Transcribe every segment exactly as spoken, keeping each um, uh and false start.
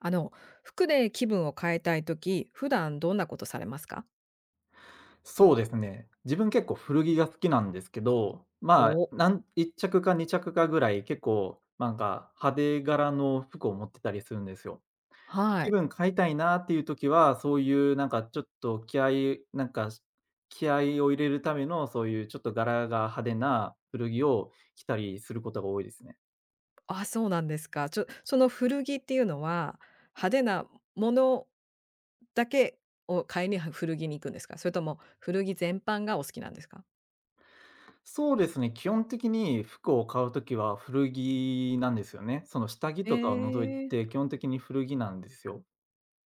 あの、服で気分を変えたいとき普段どんなことされますか？そうですね。自分結構古着が好きなんですけど、まあ、お。なんいっちゃく着かにちゃく着かぐらい結構なんか派手柄の服を持ってたりするんですよ。は気い。分変えたいなっていう時は、そういうなんかちょっと気合いなんかし気合いを入れるための、そういうちょっと柄が派手な古着を着たりすることが多いですね。あ、そうなんですか。ちょその古着っていうのは、派手なものだけを買いには古着に行くんですか？それとも古着全般がお好きなんですか？そうですね、基本的に服を買う時は古着なんですよね。その下着えとかを除いえ、て基本的に古着なんですよ。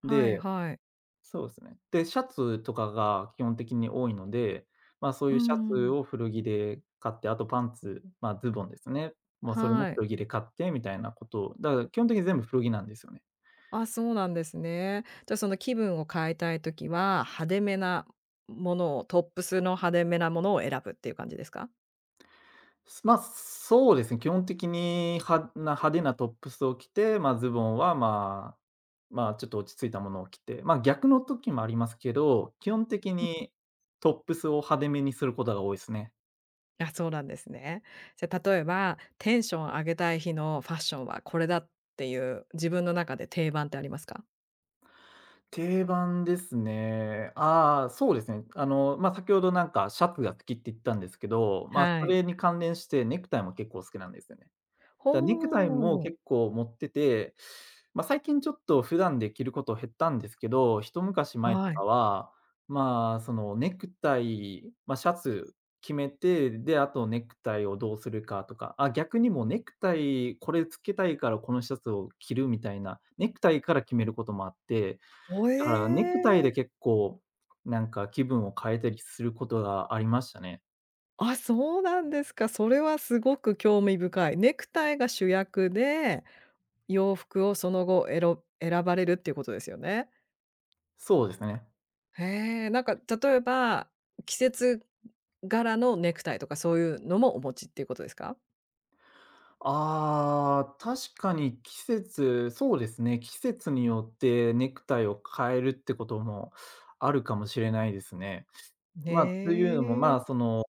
はいではい。そうですね。で、シャツとかが基本的に多いので、まあ、そうういうシャツん、を古着で買って、あとパンツ、まあ、ズボンですね。まあそれもはい。古着で買ってみたいなことを、だから基本的に全部古着なんですよね。あ、そうなんですね。じゃ、その気分を変えたいときは、派手めなものをトップスの派手めなものを選ぶっていう感じですか？すまあ、そうですね、基本的に派な派手なトップスを着て、まあ、ズボンは、まあ、まあ、ちょっと落ち着いたものを着て、まあ、逆の時もありますけど、基本的にトップスを派手めにすることが多いですね。あ、そうなんですね。じゃ、例えば、テンション上げたい日のファッションはこれだっていう、自分の中で定番ってありますか？定番ですね。ああ、そうですね。あの、まあ、先ほどなんかシャツが好きって言ったんですけど、まあ、はそい。れに関連してネクタイも結構好きなんですよね。だ、ネクタイもほう。結構持ってて、まあ、最近ちょっと普段で着ること減ったんですけど、一昔前とはい。かは、まあ、そのネクタイ、まあ、シャツ決めて、で、あとネクタイをどうするかとか、あ、逆にもうネクタイこれつけたいからこのシャツを着るみたいな、ネクタイから決めることもあって、お、だから、ネクタイえでえ。結構、なんか気分を変えたりすることがありましたね。あ、そうなんですか。それはすごく興味深い。ネクタイが主役で、洋服をその後えろ選ばれるっていうことですよね。そうですね。へえ、なんか例えば、季節柄のネクタイとかそういうのもお持ちっていうことですか？ああ、確かに季節そうですね、季節によってネクタイを変えるってこともあるかもしれないですね。へまあ、というのも、まえ。あ、その、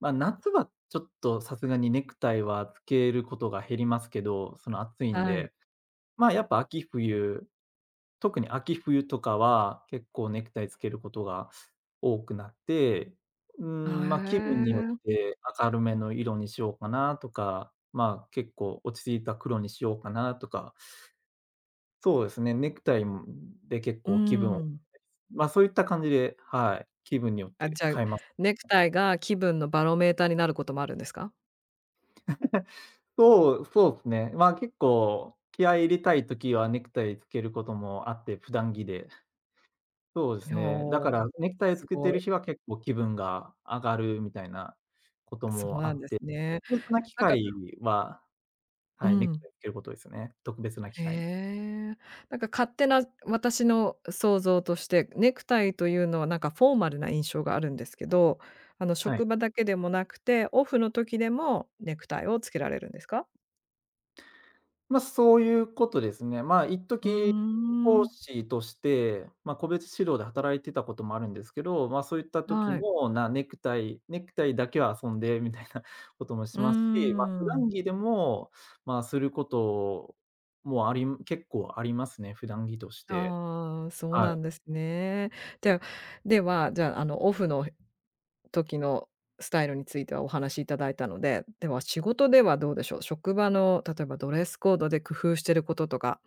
まあ、夏はちょっとさすがにネクタイはつけることが減りますけど、その暑いんはい。で、まあ、やっぱ秋冬特に秋冬とかは、結構ネクタイつけることが多くなって、うーあ、ん、まあ、気分によっへえ。て明るめの色にしようかなとか、まあ、結構落ち着いた黒にしようかなとか、そうですね、ネクタイ、で結う構気分をん。まあ、そういった感じで、はい、気分によっあ、てじゃあ、変えます。ネクタイが気分のバロメーターになることもあるんですか？そう、そうですね。まあ、結構気合い入れたい時はネクタイつけることもあって、普段着でそうですね。だおお、からネクタイをすつけてごるい。日は結構気分が上がるみたいなことそうもあなんっですて、ね。特別な機なんか会は、うはい、ネクん、タイつけることですね。特別な機へ会に。え。なんか勝手な私の想像として、ネクタイというのはなんかフォーマルな印象があるんですけど、あの、は職い。場だけでもなくて、オフの時でもネクタイをつけられるんですか？まあ、そういうことですね。まあ、一うー時、講ん。師として、まあ、個別指導で働いてたこともあるんですけど、まあ、そういった時はい。も、なネクタイネクタイだけは遊んでみたいな こともうしーますし、まあ、普ん。段着でも、まあ、することもあり結構ありますね、普段着として。ああ、そうはない。んですね。じゃあ、では、じゃあ、あの、オフの時のスタイルについてはお話しいただいたので、では仕事ではどうでしょう？職場の例えばドレスコードで工夫してることとか、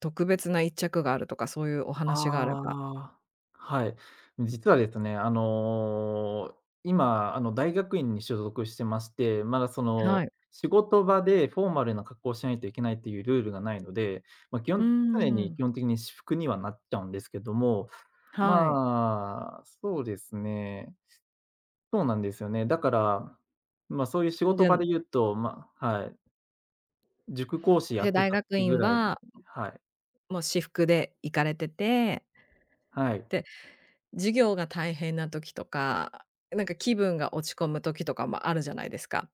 特別な一着があるとか、そういうお話があればああ、はい。実はですね、あの、今、あの、大学院に所属してまして、まだその、はい。仕事場でフォーマルな格好をしないといけないっていうルールがないので、ま、基うー本常にん、基本的に私服にはなっちゃうんですけども、はい。まあ、そうですね、そうなんですよね。だから、ま、そういう仕じ事ゃあ、場で言うと、まはい、塾講師やで、って大た学時ぐ院らいははい、もう私服で行かれてて、はい、で、授業が大変な時とか、なんか気分が落ち込む時とかもあるじゃないですか。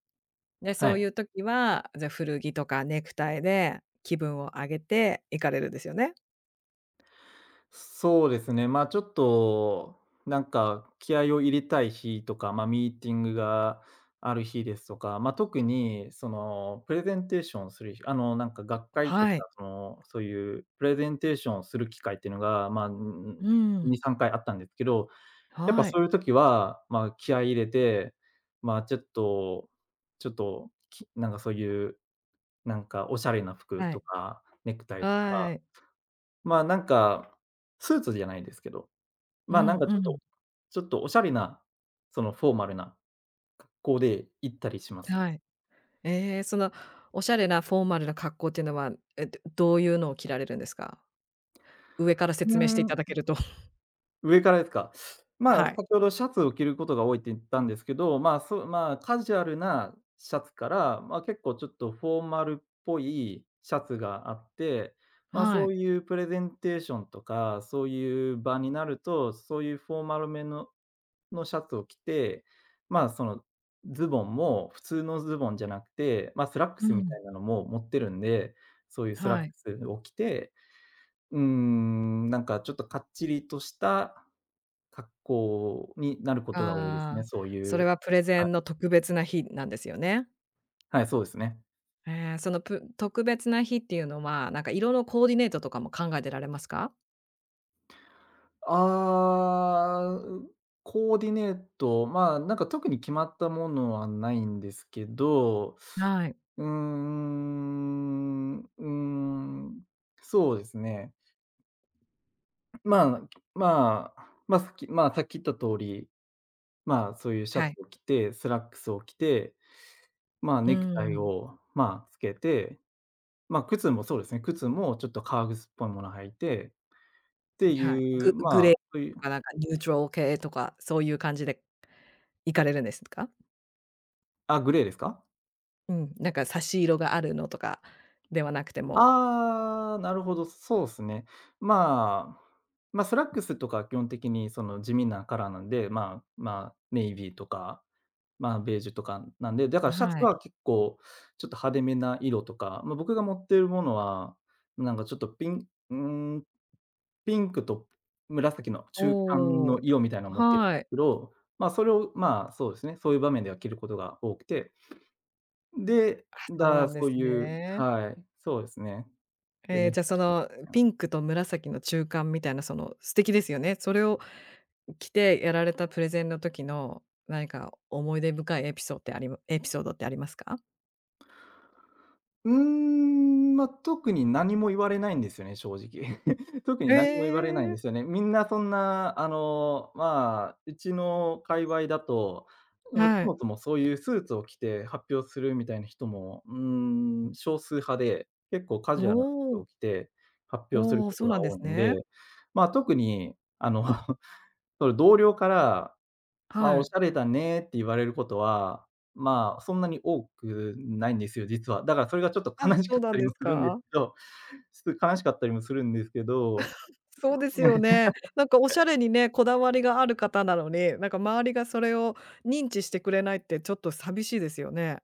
で、はそうい。いう時は、じゃ、古着とかネクタイで気分を上げて行かれるんですよね？そうですね、まあ、ちょっと、なんか、気合を入れたい日とか、まあ、ミーティングがある日ですとか、まあ、特に、その、プレゼンテーションする日、あの、なんか、学会とか、はい。その、そういうプレゼンテーションをする機会っていうのが、まあ、にうさんん、に、さんかいあったんですけど、やっぱはい。そういう時は、まあ、気合い入れて、まあ、ちょっとちょっと、きなんか、そういう、なんか、おしゃれな服はとい。か、ネクタイとはか、い。まあ、なんか、スーツじゃないですけどうま、なんんかちうょっん。とちょっとおしゃれな、そのフォーマルな格好で行ったりしますね。はい。ええ、その、おしゃれなフォーマルな格好っていうのは、え、どどういうのを着られるんですか？上からう説明してーいただけん、ると。上からですか。まはあ、い。先ほどシャツを着ることが多いって言ったんですけど、まあ、そう、まあ、カジュアルなシャツから、まあ、結構ちょっとフォーマルっぽいシャツがあって、まあ、はそい。ういうプレゼンテーションとか、そういう場になると、そういうフォーマルめののシャツを着て、まあ、そのズボンも普通のズボンじゃなくて、ま、スラックうスみたん、いなのも持ってるんで、そういうスラッはクい。スを着て、うーん、なんかちょっとかっちりとした格好になることが多いですね、ああ、そうそいれう、はプレゼはい、ンの特別な日なんですよね。はい、そうですね。ええ、その、ぷ特別な日っていうのは、なんか色のコーディネートとかも考えてられますか？ああ、コーディネート、まあ、なんか特に決まったものはないんですけど、はい。うーん、うーん、そうですね。まあ、まあ、まあ、さっきまあ、さっき言った通り、まあ、そういうシャはツい。を着て、スラックスを着て、まあ、うーネクタイん、を、まあ、つけて、まあ、靴もそうですね、靴もちょっと革靴っぽいもの履いてってはい。いう、ググまレーあ、そういう、とかなんかニュートラル系とか、そういう感じで行かれるんですか？あ、グレーですか？うん、なんか差し色があるのとかではなくてもああ、なるほど、そうですね。まあ、まあ、スラックスとか基本的にその地味なカラーなんで、まあまあ、ネイビーとかまあ、ベージュとかなんで、だからシャツはい。は結構ちょっと派手めな色とか、まあ、僕が持ってるものは、なんかちょっとピンうーん、ピンクと紫の中間おのお、色みたいなの持ってるんではすい。けど、まあ、それを、まあ、そうですね、そういう場面では着ることが多くて、で、あ、そうなだ、んでそうすいうね。はい、そうですね。で、ええ、ネクじゃ、タイそ締めてのみたいピな。ンクと紫の中間みたいな、その素敵ですよね。それを着てやられたプレゼンの時の、何か思い出深いエピソーってありエピソードってありますか？うーん、ま、特に何も言われないんですよね、正直。特にえ何も言われないんえ、ですよね。みんなそんな、あの、まあ、うちの界隈だと、ま、はそい。もそもそういうスーツを着て発表するみたいな人も、うーん、少数派で、結構カジュアルな服おを着て発表するおお、こそとうながんで多すいんで、ね。まあ、特に、あの、その同僚からまあ、はおしい。ゃれだねって言われることは、まあ、そんなに多くないんですよ、実は。だからそれがちょっとあ、悲しそうかっなんたりですもするんですか？けど、ちょっと悲しかったりもするんですけど、そうですよ ね。なんかおしゃれにね、こだわりがある方なのに、なんか周りがそれを認知してくれないってちょっと寂しいですよね。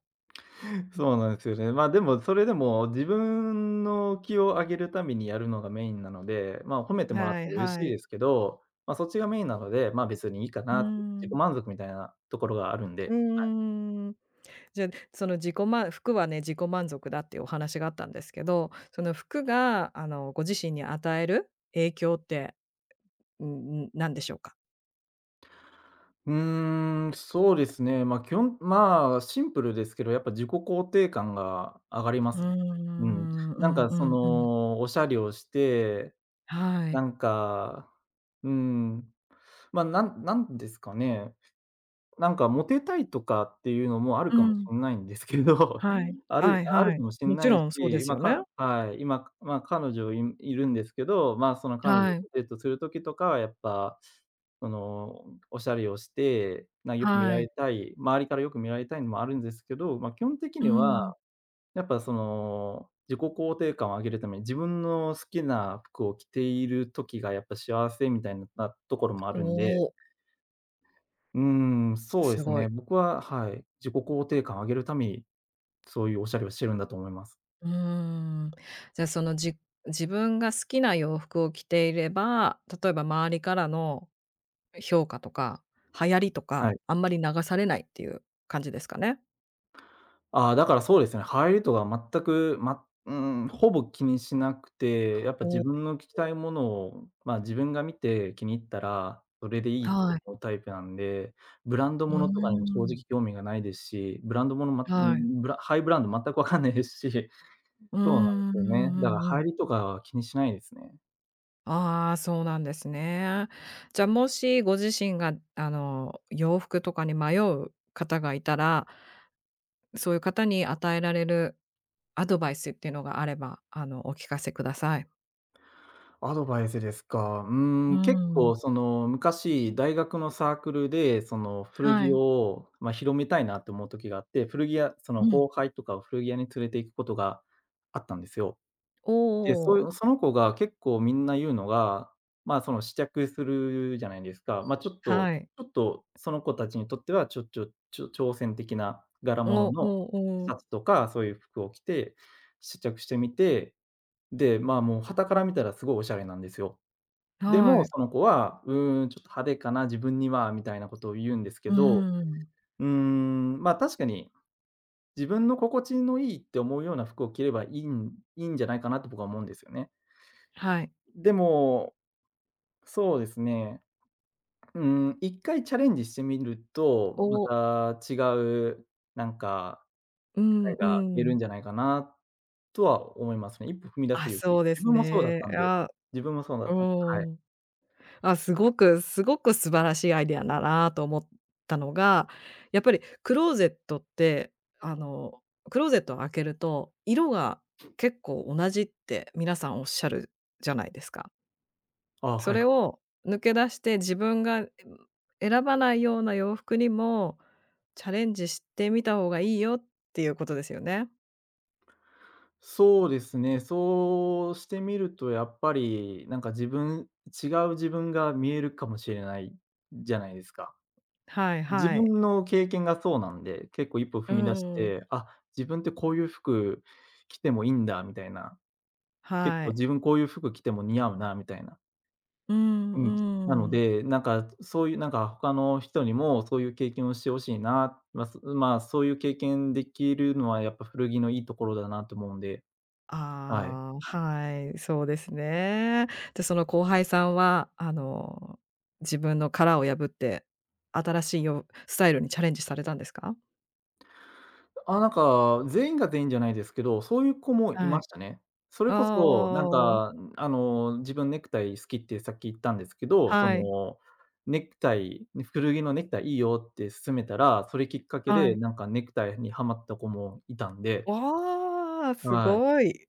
そうなんですよね。まあ、でもそれでも自分の気を上げるためにやるのがメインなので、まあ、褒めてもらっはいたら嬉しはいい。ですけど、まあ、そっちがメインなので、まあ、別にいいかうーなって、自己ん。満足みたいなところがあるんうで。んん。じゃ、その自己ま服はね、自己満足だっていうお話があったんですけど、その服があの、ご自身に与える影響って、うんうん、何でしょうか？うーん、そうですね。まあ、基本まあ、シンプルですけど、やっぱ自己肯定感が上がりまうーすね。ん、うん。うなんんかうそんうん。の、おしゃれをして、はい。なんか、うん、まあ、なんなんですかね。なんかモテたいとかっていうのもあるうかもん。しんないんですけど、はい。あはるいあるはい。かもしもんちないろんそうでし、すま、よね。かはい、今、ま、彼女いいるんですけど、ま、その彼女とはい、デートする時とかはやっぱ、その、おしゃれをして、なよく見はられい。たい、周りからよく見られたいのもあるんですけど、ま、基本的うにん。は、やっぱその、自己肯定感を上げるために自分の好きな服を着ている時がやっぱ幸せみたいななところもあおるんでお、うーん、そうですすごい。ね。僕は、はい、自己肯定感を上げるために、そういうおしゃれをしてるんだと思います。うーん。じゃ、その、じ自分が好きな洋服を着ていれば、例えば周りからの評価とか、流行りとはか、い。あんまり流されないっていう感じですかね？ああ、だからそうですね、流行りとか全く、まうーん、ほぼ気にしなくて、やっぱお自お。分の聞きたいものを、ま、自分が見て気に入ったら、それでいいっはてい。思うタイプなんで、ブランドうもーのとかにも正ん。直興味がないですし、ブランドもの、まうーはい。ん、ブラハイブランド全くわかんないですし、うーそうなんでんうすよね。だかんうんうら流ん。行りとかは気にしないですね。ああ、そうなんですね。じゃあ、もしご自身が、あの、洋服とかに迷う方がいたら、そういう方に与えられるアドバイスっていうのがあれば、あの、お聞かせください。アドバイスですか。うーうーん、結ん、構その昔、大学のサークルで、その古は着い。を、まあ、広めたいなって思う時があって、古着屋そうの後ん。輩とかを古着屋に連れて行くことがあったんですよ。おで、そうお、いうその子が結構みんな言うのが、まあ、その試着するじゃないですか。まあ、ちょっとはい。ちょっとその子たちにとっては、ちょちょちょ挑戦的な柄物おのおシお、ャツとか、そういう服を着て、試着してみて、で、まあ、もう傍から見たらすごいおしゃれなんですよ。ではも、い。その子は、うーん、ちょっと派手かな、自分には、みたいなことを言うんですうけーど、ん、うーん、ま、確かに、自分の心地のいいって思うような服を着ればいいんいいんじゃないかなって僕は思うんですよね。はい。でも、そうですね、うーん、一回チャレンジしてみると、まおた違う、なんか、う世ん界うが見えるん。んじゃないかなとは思いますね。一歩踏み出あ、す勇そ気。うで自す分もそうだっね。たんであ、自分もそうだうったんで、はい。ん。あ、すごくすごく素晴らしいアイデアだなと思ったのが、やっぱりクローゼットって、あの、クローゼットを開けると、色が結構同じって皆さんおっしゃるじゃないですか。あ、そはいれはい。を抜け出して自分が、ん、選ばないような洋服にもチャレンジしてみた方がいいよっていうことですよね。そうですね。そうしてみるとやっぱり、なんか自分違う自分が見えるかもしれないじゃないですか。はい自はい。分の経験がそうなんで、結構一歩う踏み出しん。て、あ、自分ってこういう服着てもいいんだみたいな、結は構い。自分こういう服着ても似合うなみたいな。うんうん。なのうん。で、なんかそういうなんか他の人にもそういう経験をしてほしいな、まあ、そま、そういう経験できるのはやっぱ古着のいいところだなと思うんで、はい。ああ、はい、そうですね。で、その後輩さんは、あの、自分の殻を破って、新しいよスタイルにチャレンジされたんですか？あ、なんか、全員が全員じゃないですけど、そういう子もいはまい。したね。それこあそ、なんあ、か、あの、自分ネクタイ好きってさっき言ったんですけど、そはい、の、ネクタイね古着のネクタイいいよって勧めたら、それきっかけはで、い。なんかネクタイにはまった子もいたんで、わあ、すはい、ごい。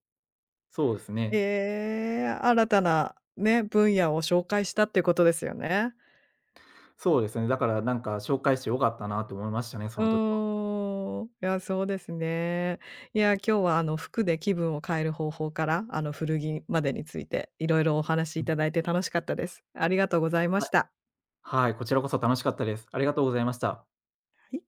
そうですね。ええ、新たなね、分野を紹介したっていうことですよね。そうですね、だからなんか紹介してよかったなと思いましたね、うその時は。ーん。いや、そうですね。いや、今日はあの服で気分を変える方法から、あの古着までについて、いろいろお話しういたん、だいて楽しかったです。ありがとうございまはしい。た。はい、こちらこそ楽しかったです。ありがとうございました。はい。